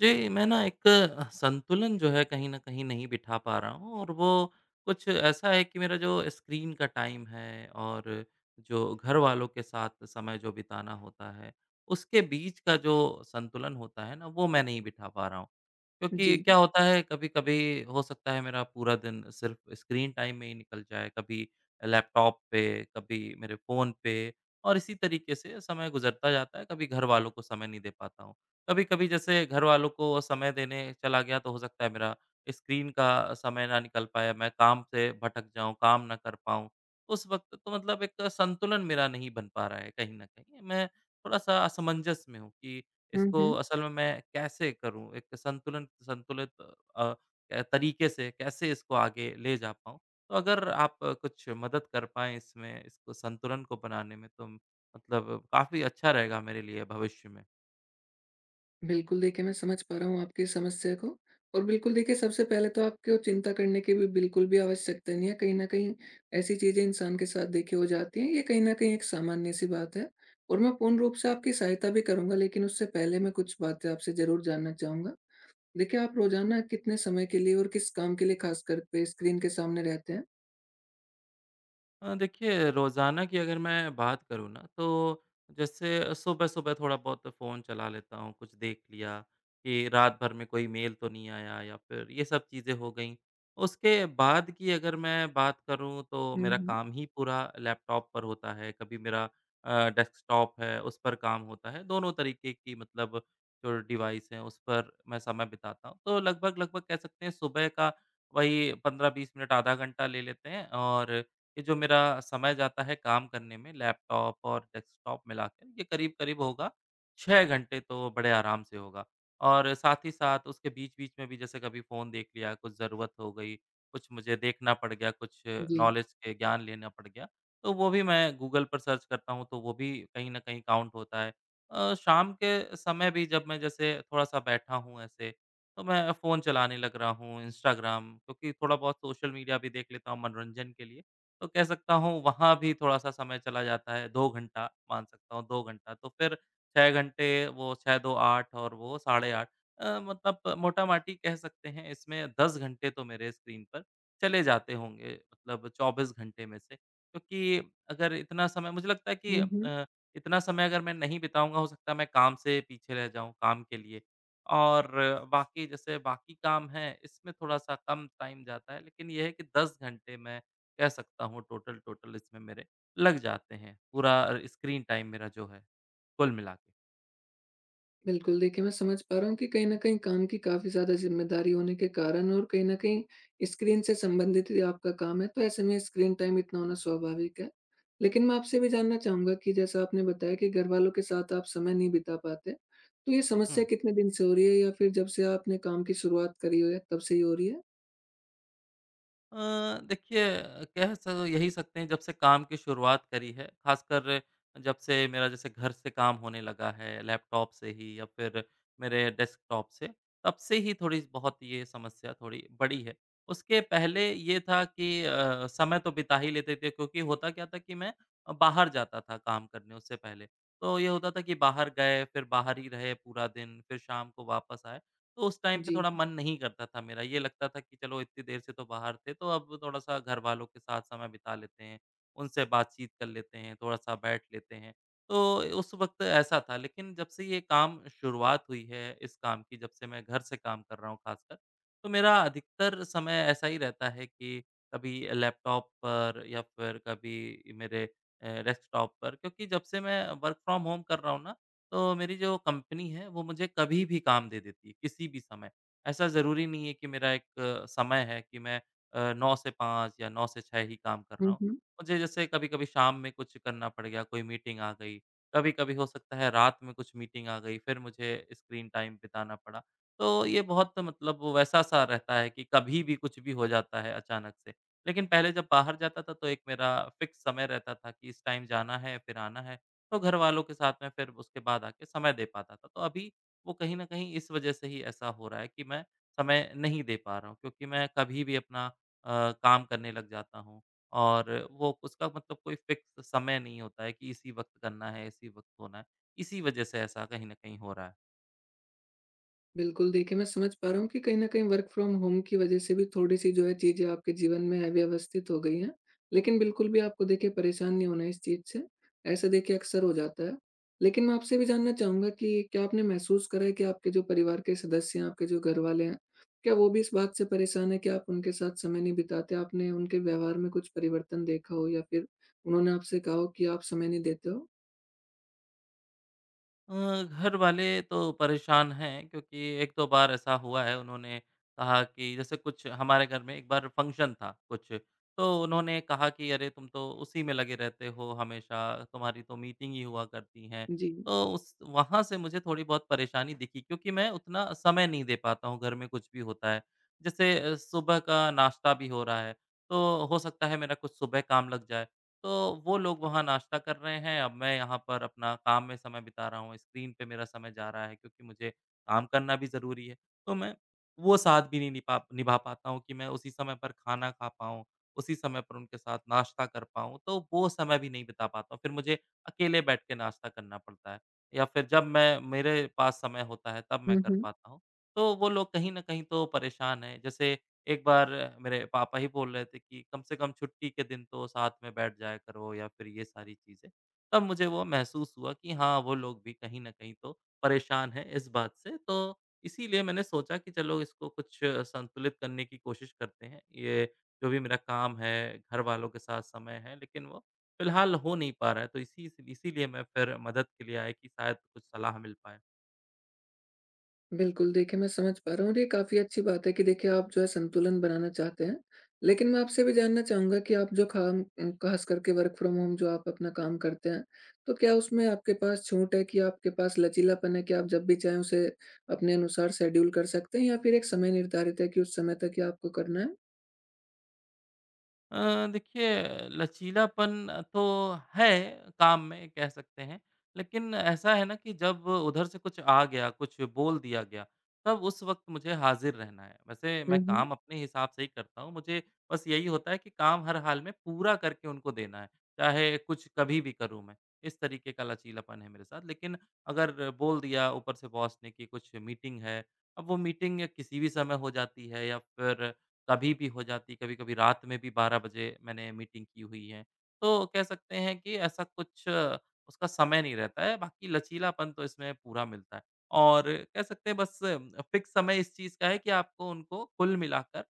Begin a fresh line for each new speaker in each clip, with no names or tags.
जी, मैं ना एक संतुलन जो है कहीं न कहीं नहीं बिठा पा रहा हूँ और वो कुछ ऐसा है कि मेरा जो स्क्रीन का टाइम है और जो घर वालों के साथ समय जो बिताना होता है, उसके बीच का जो संतुलन होता है ना, वो मैं नहीं बिठा पा रहा हूँ। क्योंकि
जी,
क्या होता है कभी-कभी हो सकता है मेरा पूरा दिन सिर्फ स्क्रीन टाइम में ही निकल जाए, कभी लैपटॉप पे, कभी मेरे फ़ोन पे और इसी तरीके से समय गुज़रता जाता है, कभी घर वालों को समय नहीं दे पाता हूँ। कभी-कभी जैसे घर वालों को समय देने चला गया तो हो सकता है मेरा स्क्रीन का समय ना निकल पाए, मैं काम से भटक जाऊँ, काम ना कर पाऊँ। उस वक़्त तो मतलब एक संतुलन मेरा नहीं बन पा रहा है कहीं न कहीं। मैं थोड़ा-सा असमंजस में हूँ कि इसको असल में मैं कैसे करूँ? एक संतुलन संतुलित अ, तरीके से कैसे इसको आगे ले जा पाऊँ? तो अगर आप कुछ मदद कर पाएँ इसमें, इसको संतुलन को बनाने में तो मतलब काफ़ी अच्छा रहेगा मेरे लिए भविष्य में।
बिल्कुल देखिए, मैं समझ पा रहा हूँ आपकी समस्या को। और बिल्कुल देखिए, सबसे पहले तो आपको चिंता करने की भी बिल्कुल भी आवश्यकता नहीं है। कहीं न कहीं ऐसी चीज़ें इंसान के साथ देखिए हो जाती हैं, ये कहीं न कहीं एक सामान्य-सी बात है। और मैं पूर्ण रूप से आपकी सहायता भी करूँगा, लेकिन उससे पहले मैं कुछ बातें आपसे ज़रूर जानना चाहूँगा। देखिए, आप रोज़ाना कितने समय के लिए और किस काम के लिए ख़ासकर पे स्क्रीन के सामने रहते हैं?
देखिए रोज़ाना की अगर मैं बात करूँ ना तो जैसे सुबह-सुबह थोड़ा बहुत फ़ोन चला लेता हूँ, कुछ देख लिया कि रात भर में कोई मेल तो नहीं आया या फिर ये सब चीज़ें हो गईं। उसके बाद की अगर मैं बात करूँ तो
हुँ,
मेरा
हुँ।
काम ही पूरा लैपटॉप पर होता है, कभी मेरा डेस्कटॉप है उस पर काम होता है, दोनों तरीके की मतलब जो डिवाइस हैं उस पर मैं समय बिताता हूँ। तो लगभग-लगभग कह सकते हैं सुबह का वही 15-20 मिनट आधा घंटा ले लेते हैं और ये जो मेरा समय जाता है काम करने में लैपटॉप और डेस्कटॉप मिलाकर ये करीब-करीब होगा 6 घंटे तो बड़े आराम से होगा। और साथ ही साथ उसके बीच-बीच में भी जैसे कभी फ़ोन देख लिया, कुछ ज़रूरत हो गई, कुछ मुझे देखना पड़ गया, कुछ
जी।
नॉलेज के ज्ञान लेना पड़ गया, तो वो भी मैं गूगल पर सर्च करता हूँ तो वो भी कहीं न कहीं काउंट होता है। शाम के समय भी जब मैं जैसे थोड़ा-सा बैठा हूँ ऐसे, तो मैं फ़ोन चलाने लग रहा हूँ, इंस्टाग्राम क्योंकि थोड़ा बहुत सोशल मीडिया भी देख लेता हूँ मनोरंजन के लिए। तो कह सकता हूँ वहाँ भी थोड़ा-सा समय चला जाता है, 2 घंटा मान सकता हूँ 2 घंटा, तो फिर 6 घंटे वो 6 दूँ 8 और वो साढ़े 8 मतलब मोटा-माटी कह सकते हैं इसमें 10 घंटे तो मेरे स्क्रीन पर चले जाते होंगे मतलब 24 घंटे में से। क्योंकि अगर इतना समय मुझे लगता है कि इतना समय अगर मैं नहीं बिताऊँगा हो सकता है मैं काम से पीछे रह जाऊँ काम के लिए। और बाकी जैसे बाकी काम हैं इसमें थोड़ा-सा कम टाइम जाता है, लेकिन ये है कि 10 घंटे मैं कह सकता हूँ टोटल टोटल इसमें मेरे लग जाते हैं, पूरा स्क्रीन टाइम मेरा जो है कुल मिला के।
बिल्कुल, देखिए, मैं समझ पा रहा हूँ कि कहीं न कहीं काम की काफ़ी ज़्यादा ज़िम्मेदारी होने के कारण और कहीं न कहीं स्क्रीन से संबंधित ही आपका काम है, तो ऐसे में स्क्रीन टाइम इतना होना स्वाभाविक है। लेकिन मैं आपसे भी जानना चाहूँगा कि जैसा आपने बताया कि घरवालों के साथ आप समय नहीं बिता पाते, तो ये समस्या
हुँ।
कितने दिन से हो रही है या फिर जब से आपने काम की शुरुआत करी हुई है तब से ही हो रही है?
अ, देखिए कह स यही सकते हैं जब से काम की शुरुआत करी है, ख़ासकर जब से मेरा जैसे घर से काम होने लगा है, लैपटॉप से ही या फिर मेरे डेस्कटॉप से, तब से ही थोड़ी बहुत ये समस्या थोड़ी बड़ी है। उसके पहले ये था कि समय तो बिता ही लेते थे क्योंकि होता क्या था कि मैं बाहर जाता था काम करने उससे पहले। तो ये होता था कि बाहर गए, फिर बाहर ही रहे पूरा दिन, फिर शाम को वापस आए। तो उस टाइम पे
जी।
थोड़ा मन नहीं करता था मेरा, ये लगता था कि चलो इतनी देर से तो बाहर थे, तो अब थोड़ा-सा घरवालों के साथ समय बिता लेते हैं, उनसे बातचीत कर लेते हैं, थोड़ा-सा बैठ लेते हैं। तो उस वक़्त ऐसा था, लेकिन जब से ये काम शुरुआत हुई है, इस काम की जब से मैं घर से काम कर रहा हूँ खासकर, तो मेरा अधिकतर समय ऐसा ही रहता है कि कभी लैपटॉप पर या फिर कभी मेरे डेस्कटॉप पर क्योंकि जब से मैं वर्क फ्रॉम होम कर रहा हूँ ना, तो मेरी जो कंपनी है, वो मुझे कभी भी काम दे देती है, किसी भी समय। ऐसा ज़रूरी नहीं है कि मेरा एक समय है कि मैं 9 से 5 या 9 से 6 ही काम कर रहा
हुँ,
हूँ।
हुँ।
मुझे जैसे कभी-कभी शाम में कुछ करना पड़ गया, कोई मीटिंग आ गई, कभी-कभी हो सकता है रात में कुछ मीटिंग आ गई, फिर मुझे स्क्रीन टाइम बिताना पड़ा। तो ये बहुत मतलब वो वैसा-सा रहता है कि कभी भी कुछ भी हो जाता है अचानक से। लेकिन पहले जब बाहर जाता था, तो एक मेरा फ़िक्स समय रहता था कि इस टाइम जाना है, फिर आना है। तो घरवालों के साथ में फिर उसके बाद आके समय दे पाता था। तो अभी वो कहीं न कहीं इस वजह से ही ऐसा हो रहा है कि मैं समय नहीं दे पा रहा हूँ क्योंकि मैं कभी भी अपना काम करने लग जाता हूँ और वो उसका मतलब कोई फ़िक्स समय नहीं होता है कि इसी वक़्त करना है, इसी वक़्त होना है। इसी वजह से ऐसा कहीं न कहीं हो रहा है।
बिल्कुल, देखिए, मैं समझ पा रहा हूँ कि कहीं न कहीं वर्क फ्रॉम होम की वज़ह से भी थोड़ी-सी जो है चीज़ें आपके जीवन में अव्यवस्थित हो गई हैं। लेकिन बिल्कुल भी आपको देखिए परेशान नहीं होना है इस चीज़ से, ऐसा देखिए अक्सर हो जाता है। लेकिन मैं आपसे भी जानना चाहूँगा कि क्या आपने महसूस करा है कि आपके जो परिवार के सदस्य हैं, आपके जो घरवाले हैं, क्या वो भी इस बात से परेशान हैं कि आप उनके साथ समय नहीं बिताते? आपने उनके व्यवहार में कुछ परिवर्तन देखा हो या फिर उन्होंने आपसे कहा हो कि आप समय नहीं देते हो?
घर वाले तो परेशान हैं क्योंकि 1-2 बार ऐसा हुआ है उन्होंने कहा कि जैसे कुछ हमारे घर में एक बार फ़ंक्शन था कुछ, तो उन्होंने कहा कि अरे तुम तो उसी में लगे रहते हो हमेशा, तुम्हारी तो मीटिंग ही हुआ करती हैं।
जी।
तो उस वहाँ से मुझे थोड़ी बहुत परेशानी दिखी क्योंकि मैं उतना समय नहीं दे पाता हूँ घर में कुछ भी होता है। जैसे सुबह का नाश्ता भी हो रहा है, तो हो सकता है मेरा कुछ सुबह काम लग जाए तो वो लोग वहाँ नाश्ता कर रहे हैं, अब मैं यहाँ पर अपना काम में समय बिता रहा हूँ, स्क्रीन पे मेरा समय जा रहा है क्योंकि मुझे काम करना भी ज़रूरी है। तो मैं वो साथ भी नहीं निपा निभा पाता हूँ कि मैं उसी समय पर खाना खा पाऊँ, उसी समय पर उनके साथ नाश्ता कर पाऊँ, तो वो समय भी नहीं बिता पाता हूँ। फिर मुझे अकेले बैठ के नाश्ता करना पड़ता है या फिर जब मैं मेरे पास समय होता है तब मैं कर पाता हूँ। तो वो लोग कहीं न कहीं तो परेशान हैं। जैसे एक बार मेरे पापा ही बोल रहे थे कि कम से कम छुट्टी के दिन तो साथ में बैठ जाया करो या फिर ये सारी चीज़ें। तब मुझे वो महसूस हुआ कि हाँ, वो लोग भी कहीं न कहीं तो परेशान हैं इस बात से। तो इसीलिए मैंने सोचा कि चलो इसको कुछ संतुलित करने की कोशिश करते हैं। ये जो भी मेरा काम है, घर वालों के साथ समय है, लेकिन वो फ़िलहाल हो नहीं पा रहा है। तो इसीलिए मैं फिर मदद के लिए आया कि शायद कुछ सलाह मिल पाए।
बिल्कुल, देखिए, मैं समझ पा रहा हूँ और ये काफ़ी अच्छी बात है कि देखिए आप जो है संतुलन बनाना चाहते हैं। लेकिन मैं आपसे भी जानना चाहूँगा कि आप जो काम ख़ास करके वर्क फ्रॉम होम जो आप अपना काम करते हैं, तो क्या उसमें आपके पास छूट है कि आपके पास लचीलापन है कि आप जब भी चाहें उसे अपने अनुसार शेड्यूल कर सकते हैं या फिर एक समय निर्धारित है कि उस समय तक ही आपको करना है?
देखिए लचीलापन तो है काम में कह सकते हैं। लेकिन ऐसा है ना कि जब उधर से कुछ आ गया, कुछ बोल दिया गया, तब उस वक़्त मुझे हाज़िर रहना है। वैसे
हुँ,
मैं
हुँ।
काम अपने हिसाब से ही करता हूँ, मुझे बस यही होता है कि काम हर हाल में पूरा करके उनको देना है, चाहे कुछ कभी भी करूँ मैं। इस तरीके का लचीलापन है मेरे साथ। लेकिन अगर बोल दिया ऊपर से बॉस ने कि कुछ मीटिंग है, अब वो मीटिंग किसी भी समय हो जाती है या फिर कभी भी हो जाती, कभी-कभी रात में भी 12 बजे मैंने मीटिंग की हुई है। तो कह सकते हैं कि ऐसा कुछ उसका समय नहीं रहता है, बाकी लचीलापन तो इसमें पूरा मिलता है। और कह सकते हैं बस फिक्स समय इस चीज़ का है कि आपको उनको कुल मिलाकर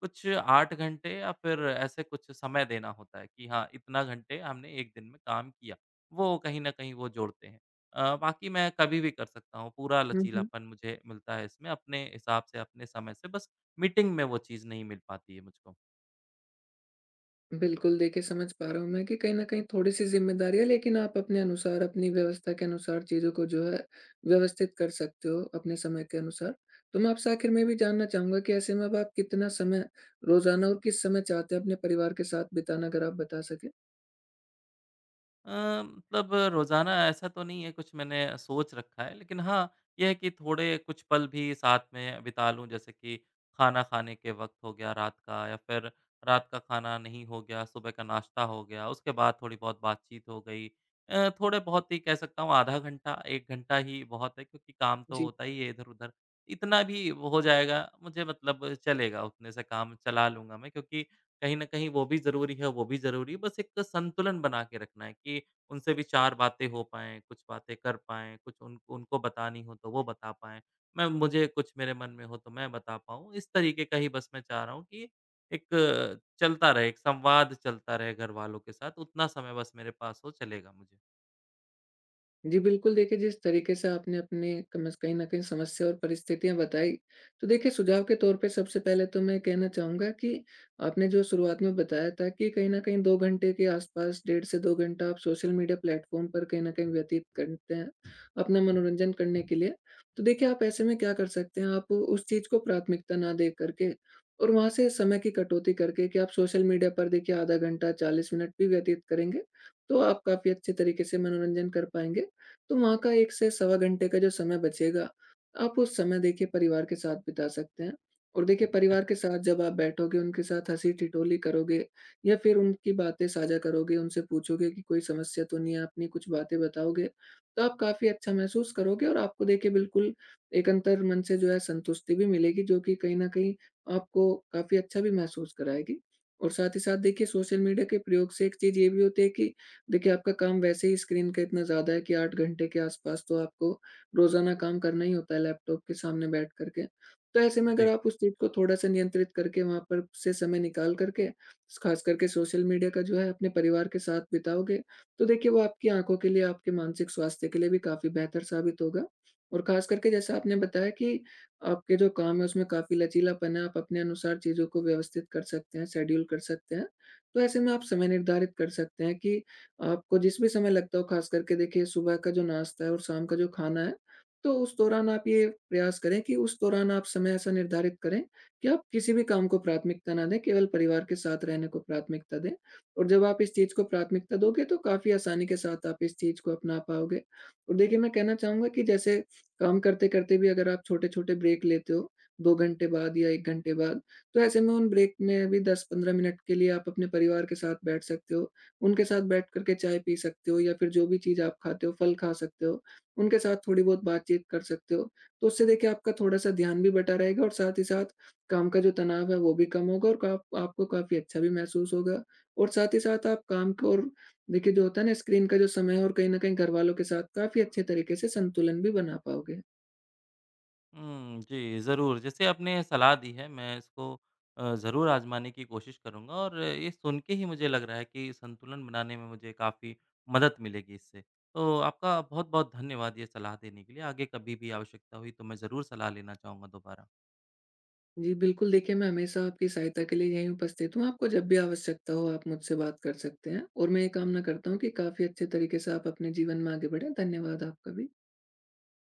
कुछ 8 घंटे या फिर ऐसे कुछ समय देना होता है कि हाँ, इतना घंटे हमने 1 दिन में काम किया। वो कहीं न कहीं वो जोड़ते हैं। बाकी मैं कभी भी कर सकता हूँ, पूरा
हुँ, हुँ।
लचीलापन मुझे मिलता है इसमें अपने हिसाब से, अपने समय से बस मीटिंग में वो चीज़ नहीं मिल पाती है मुझको।
बिल्कुल, देखिए, समझ पा रहा हूँ मैं कि कहीं न कहीं थोड़ी-सी ज़िम्मेदारी है, लेकिन आप अपने अनुसार, अपनी व्यवस्था के अनुसार चीज़ों को जो है व्यवस्थित कर सकते हो अपने समय के अनुसार। तो मैं आपसे आखिर में भी जानना चाहूँगा कि ऐसे में अब आप कितना समय रोज़ाना और किस समय चाहते हैं अपने परिवार के साथ बिताना? अगर आप बता सकें।
अ, मतलब रोज़ाना ऐसा तो नहीं है कुछ मैंने सोच रखा है, लेकिन हाँ, ये है कि थोड़े कुछ पल भी साथ में बिता लूँ जैसे कि खाना खाने के वक़्त हो गया रात का या फिर रात का खाना नहीं हो गया, सुबह का नाश्ता हो गया, उसके बाद थोड़ी बहुत बातचीत हो गई। थोड़े बहुत ही कह सकता हूँ आधा घंटा, 1 घंटा ही बहुत है क्योंकि काम तो
जी।
होता ही है इधर-उधर। इतना भी वो हो जाएगा मुझे मतलब चलेगा, उतने से काम चला लूँगा मैं क्योंकि कहीं न कहीं वो भी ज़रूरी है, वो भी ज़रूरी है, बस एक संतुलन बना के रखना है कि उनसे भी 4 बातें हो पाएँ, कुछ बातें कर पाएँ, कुछ उन उनको बतानी हो तो वो बता पाएँ। मैं मुझे कुछ मेरे मन में हो तो मैं बता पाऊँ, इस तरीके का ही बस मैं चाह रहा हूँ कि एक चलता रहे, एक संवाद चलता रहे घरवालों के साथ, उतना समय बस मेरे पास हो चलेगा मुझे।
जी, बिल्कुल देखिए, जिस तरीके से आपने अपने कमस कहीं न कहीं समस्या और परिस्थितियाँ बताई, तो देखिए सुझाव के तौर पे सबसे पहले तो मैं कहना चाहूँगा कि आपने जो शुरुआत में बताया था कि कहीं न कहीं 2 घंटे के आसपास, 1.5 से 2 घंटा आप सोशल मीडिया प्लेटफ़ॉर्म पर कहीं न कहीं व्यतीत करते हैं, अपना मनोरंजन करने के लिए। तो देखिए आप ऐसे में क्या कर सकते हैं, आप उस चीज़ को प्राथमिकता ना दे करके और वहाँ से समय की कटौती करके, कि आप सोशल मीडिया पर देखिए आधा घंटा 40 मिनट भी व्यतीत करेंगे, तो आप काफ़ी अच्छे तरीके से मनोरंजन कर पाएँगे। तो वहाँ का 1 से सवा घंटे का जो समय बचेगा, आप उस समय देखिए परिवार के साथ बिता सकते हैं। और देखिए परिवार
अच्छा।
के साथ जब आप बैठोगे, उनके साथ हँसी-ठिठोली करोगे या फिर उनकी बातें साझा करोगे, उनसे पूछोगे कि कोई समस्या तो नहीं है, अपनी कुछ बातें बताओगे, तो आप काफ़ी अच्छा महसूस करोगे और आपको देखिए बिल्कुल एक अंतर्मन से जो है संतुष्टि भी मिलेगी, जो कि कहीं न कहीं आपको काफ़ी अच्छा भी महसूस कराएगी। और साथ ही साथ देखिए सोशल मीडिया के प्रयोग से एक चीज़ ये भी होती है कि देखिए, आपका काम वैसे ही स्क्रीन का इतना ज़्यादा है कि 8 घंटे के आसपास तो आपको रोज़ाना काम करना ही होता है लैपटॉप के सामने बैठ कर के। तो ऐसे में अगर
जी।
आप उस चीज़ को थोड़ा-सा नियंत्रित करके वहाँ पर से समय निकाल कर के, ख़ास करके सोशल मीडिया का जो है अपने परिवार के साथ बिताओगे, तो देखिए वो आपकी आँखों के लिए, आपके मानसिक स्वास्थ्य के लिए भी काफ़ी बेहतर साबित होगा। और ख़ास करके जैसा आपने बताया कि आपके जो काम है उसमें काफ़ी लचीलापन है, आप अपने अनुसार चीज़ों को व्यवस्थित कर सकते हैं, शेड्यूल कर सकते हैं। तो ऐसे में आप समय निर्धारित कर सकते हैं कि आपको जिस भी समय लगता हो, खास करके देखिए सुबह का जो नाश्ता है और शाम का जो खाना है, तो उस दौरान आप ये प्रयास करें कि उस दौरान आप समय ऐसा निर्धारित करें कि आप किसी भी काम को प्राथमिकता ना दें, केवल परिवार के साथ रहने को प्राथमिकता दें। और जब आप इस चीज़ को प्राथमिकता दोगे, तो काफ़ी आसानी के साथ आप इस चीज़ को अपना पाओगे। और देखिए मैं कहना चाहूँगा कि जैसे काम करते-करते भी अगर आप छोटे-छोटे ब्रेक लेते हो, 2 घंटे बाद या 1 घंटे बाद, तो ऐसे में उन ब्रेक में भी 10-15 मिनट के लिए आप अपने परिवार के साथ बैठ सकते हो। उनके साथ बैठ कर के चाय पी सकते हो या फिर जो भी चीज़ आप खाते हो, फल खा सकते हो, उनके साथ थोड़ी बहुत बातचीत कर सकते हो। तो उससे देखिए आपका थोड़ा-सा ध्यान भी बँटा रहेगा और साथ ही साथ काम का जो तनाव है वो भी कम होगा और काप आपको काफ़ी अच्छा भी महसूस होगा। और साथ ही साथ आप काम को और देखिए जो होता है ना स्क्रीन का जो समय है और कहीं न कहीं घरवालों के साथ काफ़ी अच्छे तरीके से संतुलन भी बना पाओगे।
हुँ, जी, ज़रूर। जैसे आपने सलाह दी है, मैं इसको ज़रूर आज़माने की कोशिश करूँगा और ये सुन के ही मुझे लग रहा है कि संतुलन बनाने में मुझे काफ़ी मदद मिलेगी इससे। तो आपका बहुत-बहुत धन्यवाद ये सलाह देने के लिए। आगे कभी भी आवश्यकता हुई तो मैं ज़रूर सलाह लेना चाहूँगा दोबारा।
जी, बिल्कुल देखिए, मैं हमेशा आपकी सहायता के लिए यहीं उपस्थित हूँ। आपको जब भी आवश्यकता हो आप मुझसे बात कर सकते हैं और मैं ये कामना करता हूँ कि काफ़ी अच्छे तरीके से आप अपने जीवन में आगे बढ़ें। धन्यवाद आपका भी।